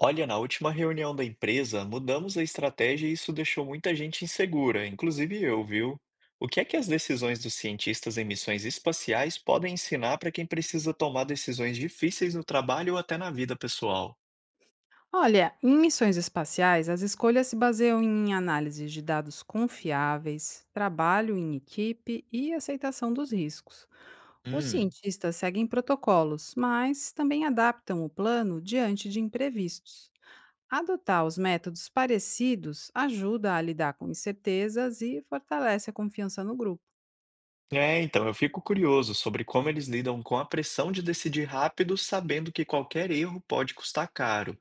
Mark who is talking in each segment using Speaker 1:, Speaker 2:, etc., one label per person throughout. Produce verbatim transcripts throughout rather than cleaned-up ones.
Speaker 1: Olha, na última reunião da empresa, mudamos a estratégia e isso deixou muita gente insegura, inclusive eu, viu? O que é que as decisões dos cientistas em missões espaciais podem ensinar para quem precisa tomar decisões difíceis no trabalho ou até na vida pessoal?
Speaker 2: Olha, em missões espaciais, as escolhas se baseiam em análises de dados confiáveis, trabalho em equipe e aceitação dos riscos. Os
Speaker 1: Hum.
Speaker 2: cientistas seguem protocolos, mas também adaptam o plano diante de imprevistos. Adotar os métodos parecidos ajuda a lidar com incertezas e fortalece a confiança no grupo.
Speaker 1: É, então eu fico curioso sobre como eles lidam com a pressão de decidir rápido, sabendo que qualquer erro pode custar caro.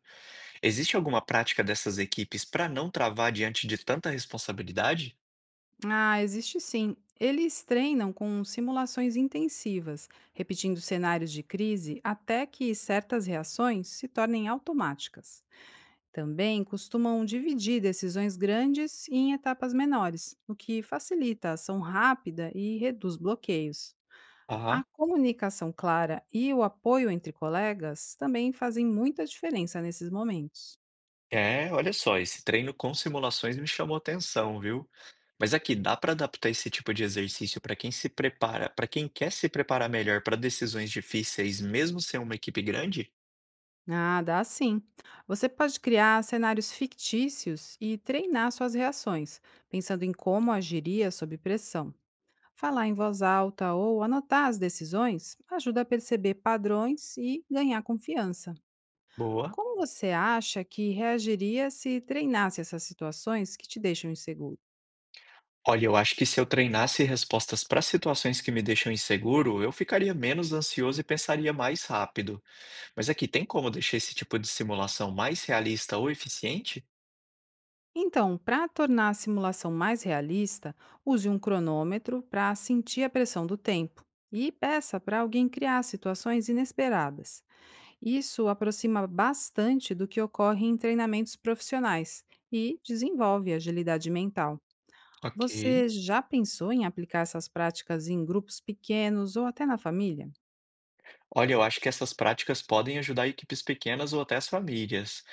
Speaker 1: Existe alguma prática dessas equipes para não travar diante de tanta responsabilidade?
Speaker 2: Ah, existe sim. Eles treinam com simulações intensivas, repetindo cenários de crise até que certas reações se tornem automáticas. Também costumam dividir decisões grandes em etapas menores, o que facilita a ação rápida e reduz bloqueios.
Speaker 1: Aham.
Speaker 2: A comunicação clara e o apoio entre colegas também fazem muita diferença nesses momentos.
Speaker 1: É, olha só, esse treino com simulações me chamou atenção, viu? Mas aqui, dá para adaptar esse tipo de exercício para quem se prepara, para quem quer se preparar melhor para decisões difíceis, mesmo sem uma equipe grande?
Speaker 2: Ah, dá sim. Você pode criar cenários fictícios e treinar suas reações, pensando em como agiria sob pressão. Falar em voz alta ou anotar as decisões ajuda a perceber padrões e ganhar confiança.
Speaker 1: Boa.
Speaker 2: Como você acha que reagiria se treinasse essas situações que te deixam inseguro?
Speaker 1: Olha, eu acho que se eu treinasse respostas para situações que me deixam inseguro, eu ficaria menos ansioso e pensaria mais rápido. Mas aqui, tem como deixar esse tipo de simulação mais realista ou eficiente?
Speaker 2: Então, para tornar a simulação mais realista, use um cronômetro para sentir a pressão do tempo e peça para alguém criar situações inesperadas. Isso aproxima bastante do que ocorre em treinamentos profissionais e desenvolve agilidade mental.
Speaker 1: Ok.
Speaker 2: Você já pensou em aplicar essas práticas em grupos pequenos ou até na família?
Speaker 1: Olha, eu acho que essas práticas podem ajudar equipes pequenas ou até as famílias.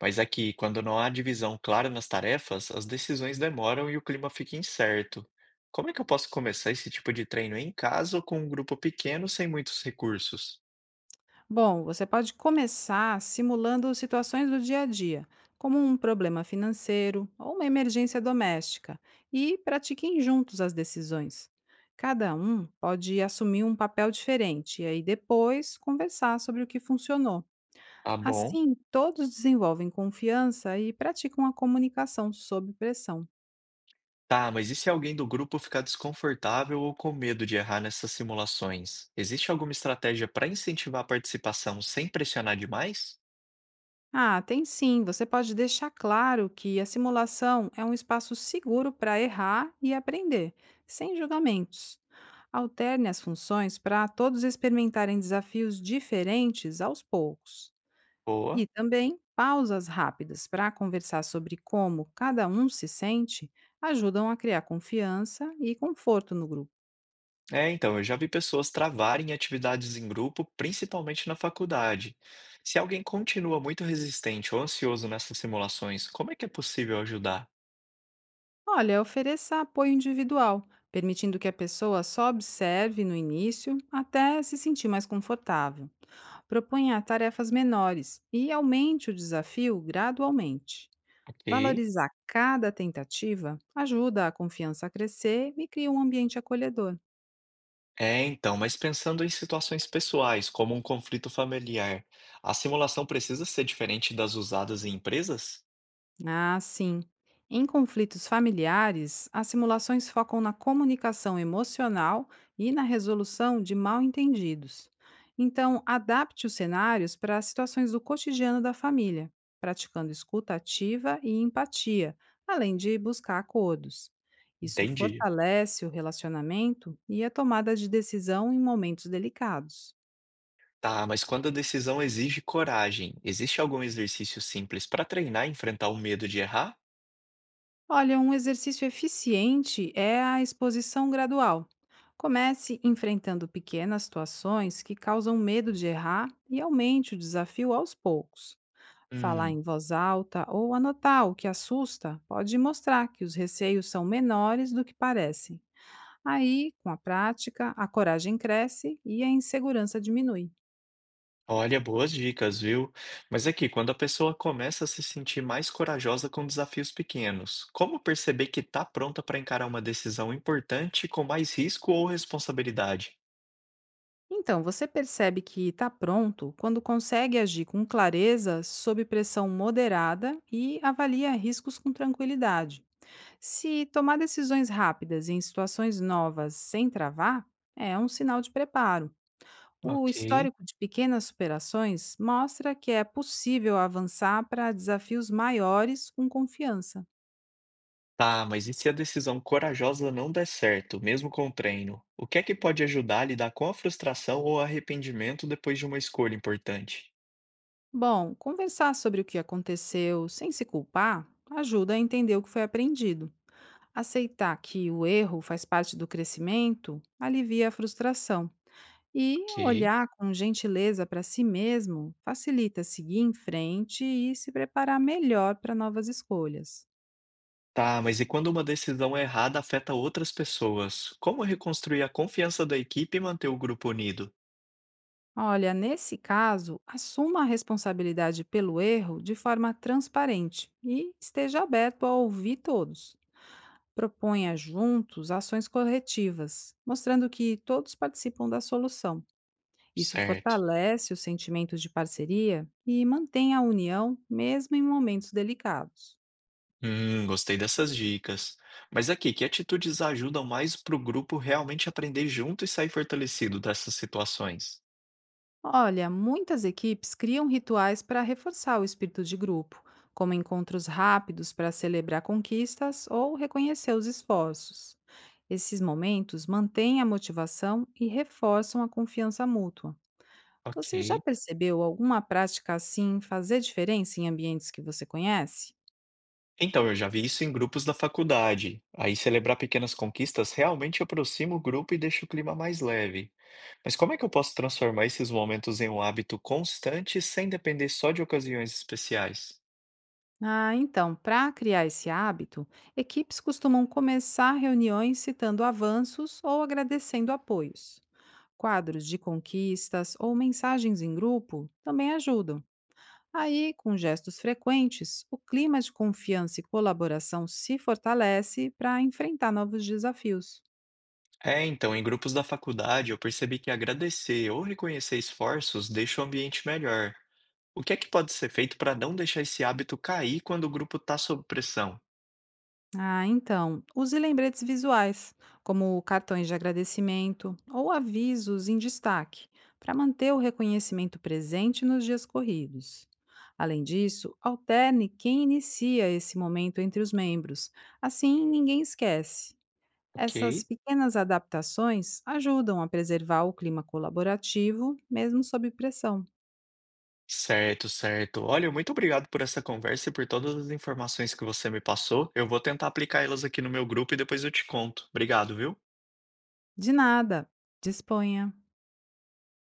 Speaker 1: Mas aqui, quando não há divisão clara nas tarefas, as decisões demoram e o clima fica incerto. Como é que eu posso começar esse tipo de treino em casa ou com um grupo pequeno sem muitos recursos?
Speaker 2: Bom, você pode começar simulando situações do dia a dia, como um problema financeiro ou uma emergência doméstica, e pratiquem juntos as decisões. Cada um pode assumir um papel diferente e aí depois conversar sobre o que funcionou.
Speaker 1: Tá bom.
Speaker 2: Assim, todos desenvolvem confiança e praticam a comunicação sob pressão.
Speaker 1: Tá, mas e se alguém do grupo ficar desconfortável ou com medo de errar nessas simulações? Existe alguma estratégia para incentivar a participação sem pressionar demais?
Speaker 2: Ah, tem sim, você pode deixar claro que a simulação é um espaço seguro para errar e aprender, sem julgamentos. Alterne as funções para todos experimentarem desafios diferentes aos poucos. E
Speaker 1: Boa.
Speaker 2: também pausas rápidas para conversar sobre como cada um se sente ajudam a criar confiança e conforto no grupo.
Speaker 1: É, então, eu já vi pessoas travarem atividades em grupo, principalmente na faculdade. Se alguém continua muito resistente ou ansioso nessas simulações, como é que é possível ajudar?
Speaker 2: Olha, ofereça apoio individual, permitindo que a pessoa só observe no início até se sentir mais confortável. Proponha tarefas menores e aumente o desafio gradualmente.
Speaker 1: Ok.
Speaker 2: Valorizar cada tentativa ajuda a confiança a crescer e cria um ambiente acolhedor.
Speaker 1: É, então, mas pensando em situações pessoais, como um conflito familiar, a simulação precisa ser diferente das usadas em empresas?
Speaker 2: Ah, sim. Em conflitos familiares, as simulações focam na comunicação emocional e na resolução de mal-entendidos. Então, adapte os cenários para as situações do cotidiano da família, praticando escuta ativa e empatia, além de buscar acordos. Isso
Speaker 1: Entendi.
Speaker 2: fortalece o relacionamento e a tomada de decisão em momentos delicados.
Speaker 1: Tá, mas quando a decisão exige coragem, existe algum exercício simples para treinar e enfrentar o medo de errar?
Speaker 2: Olha, um exercício eficiente é a exposição gradual. Comece enfrentando pequenas situações que causam medo de errar e aumente o desafio aos poucos. Falar
Speaker 1: Hum.
Speaker 2: em voz alta ou anotar o que assusta pode mostrar que os receios são menores do que parecem. Aí, com a prática, a coragem cresce e a insegurança diminui.
Speaker 1: Olha, boas dicas, viu? Mas aqui, quando a pessoa começa a se sentir mais corajosa com desafios pequenos, como perceber que está pronta para encarar uma decisão importante com mais risco ou responsabilidade?
Speaker 2: Então, você percebe que está pronto quando consegue agir com clareza, sob pressão moderada e avalia riscos com tranquilidade. Se tomar decisões rápidas em situações novas sem travar, é um sinal de preparo. O
Speaker 1: Ok.
Speaker 2: histórico de pequenas superações mostra que é possível avançar para desafios maiores com confiança.
Speaker 1: Tá, mas e se a decisão corajosa não der certo, mesmo com o treino? O que é que pode ajudar a lidar com a frustração ou arrependimento depois de uma escolha importante?
Speaker 2: Bom, conversar sobre o que aconteceu sem se culpar ajuda a entender o que foi aprendido. Aceitar que o erro faz parte do crescimento alivia a frustração. E
Speaker 1: Ok.
Speaker 2: olhar com gentileza para si mesmo facilita seguir em frente e se preparar melhor para novas escolhas.
Speaker 1: Tá, mas e quando uma decisão errada afeta outras pessoas? Como reconstruir a confiança da equipe e manter o grupo unido?
Speaker 2: Olha, nesse caso, assuma a responsabilidade pelo erro de forma transparente e esteja aberto a ouvir todos. Proponha juntos ações corretivas, mostrando que todos participam da solução. Isso
Speaker 1: Certo.
Speaker 2: fortalece os sentimentos de parceria e mantém a união, mesmo em momentos delicados.
Speaker 1: Hum, gostei dessas dicas. Mas aqui, que atitudes ajudam mais para o grupo realmente aprender junto e sair fortalecido dessas situações?
Speaker 2: Olha, muitas equipes criam rituais para reforçar o espírito de grupo, como encontros rápidos para celebrar conquistas ou reconhecer os esforços. Esses momentos mantêm a motivação e reforçam a confiança mútua. Você já
Speaker 1: Ok.
Speaker 2: percebeu alguma prática assim fazer diferença em ambientes que você conhece?
Speaker 1: Então, eu já vi isso em grupos da faculdade. Aí, celebrar pequenas conquistas realmente aproxima o grupo e deixa o clima mais leve. Mas como é que eu posso transformar esses momentos em um hábito constante sem depender só de ocasiões especiais?
Speaker 2: Ah, então, para criar esse hábito, equipes costumam começar reuniões citando avanços ou agradecendo apoios. Quadros de conquistas ou mensagens em grupo também ajudam. Aí, com gestos frequentes, o clima de confiança e colaboração se fortalece para enfrentar novos desafios.
Speaker 1: É, então, em grupos da faculdade, eu percebi que agradecer ou reconhecer esforços deixa o ambiente melhor. O que é que pode ser feito para não deixar esse hábito cair quando o grupo está sob pressão?
Speaker 2: Ah, então, use lembretes visuais, como cartões de agradecimento ou avisos em destaque, para manter o reconhecimento presente nos dias corridos. Além disso, alterne quem inicia esse momento entre os membros, assim ninguém esquece.
Speaker 1: Ok.
Speaker 2: Essas pequenas adaptações ajudam a preservar o clima colaborativo, mesmo sob pressão.
Speaker 1: Certo, certo. Olha, muito obrigado por essa conversa e por todas as informações que você me passou. Eu vou tentar aplicá-las aqui no meu grupo e depois eu te conto. Obrigado, viu?
Speaker 2: De nada, disponha!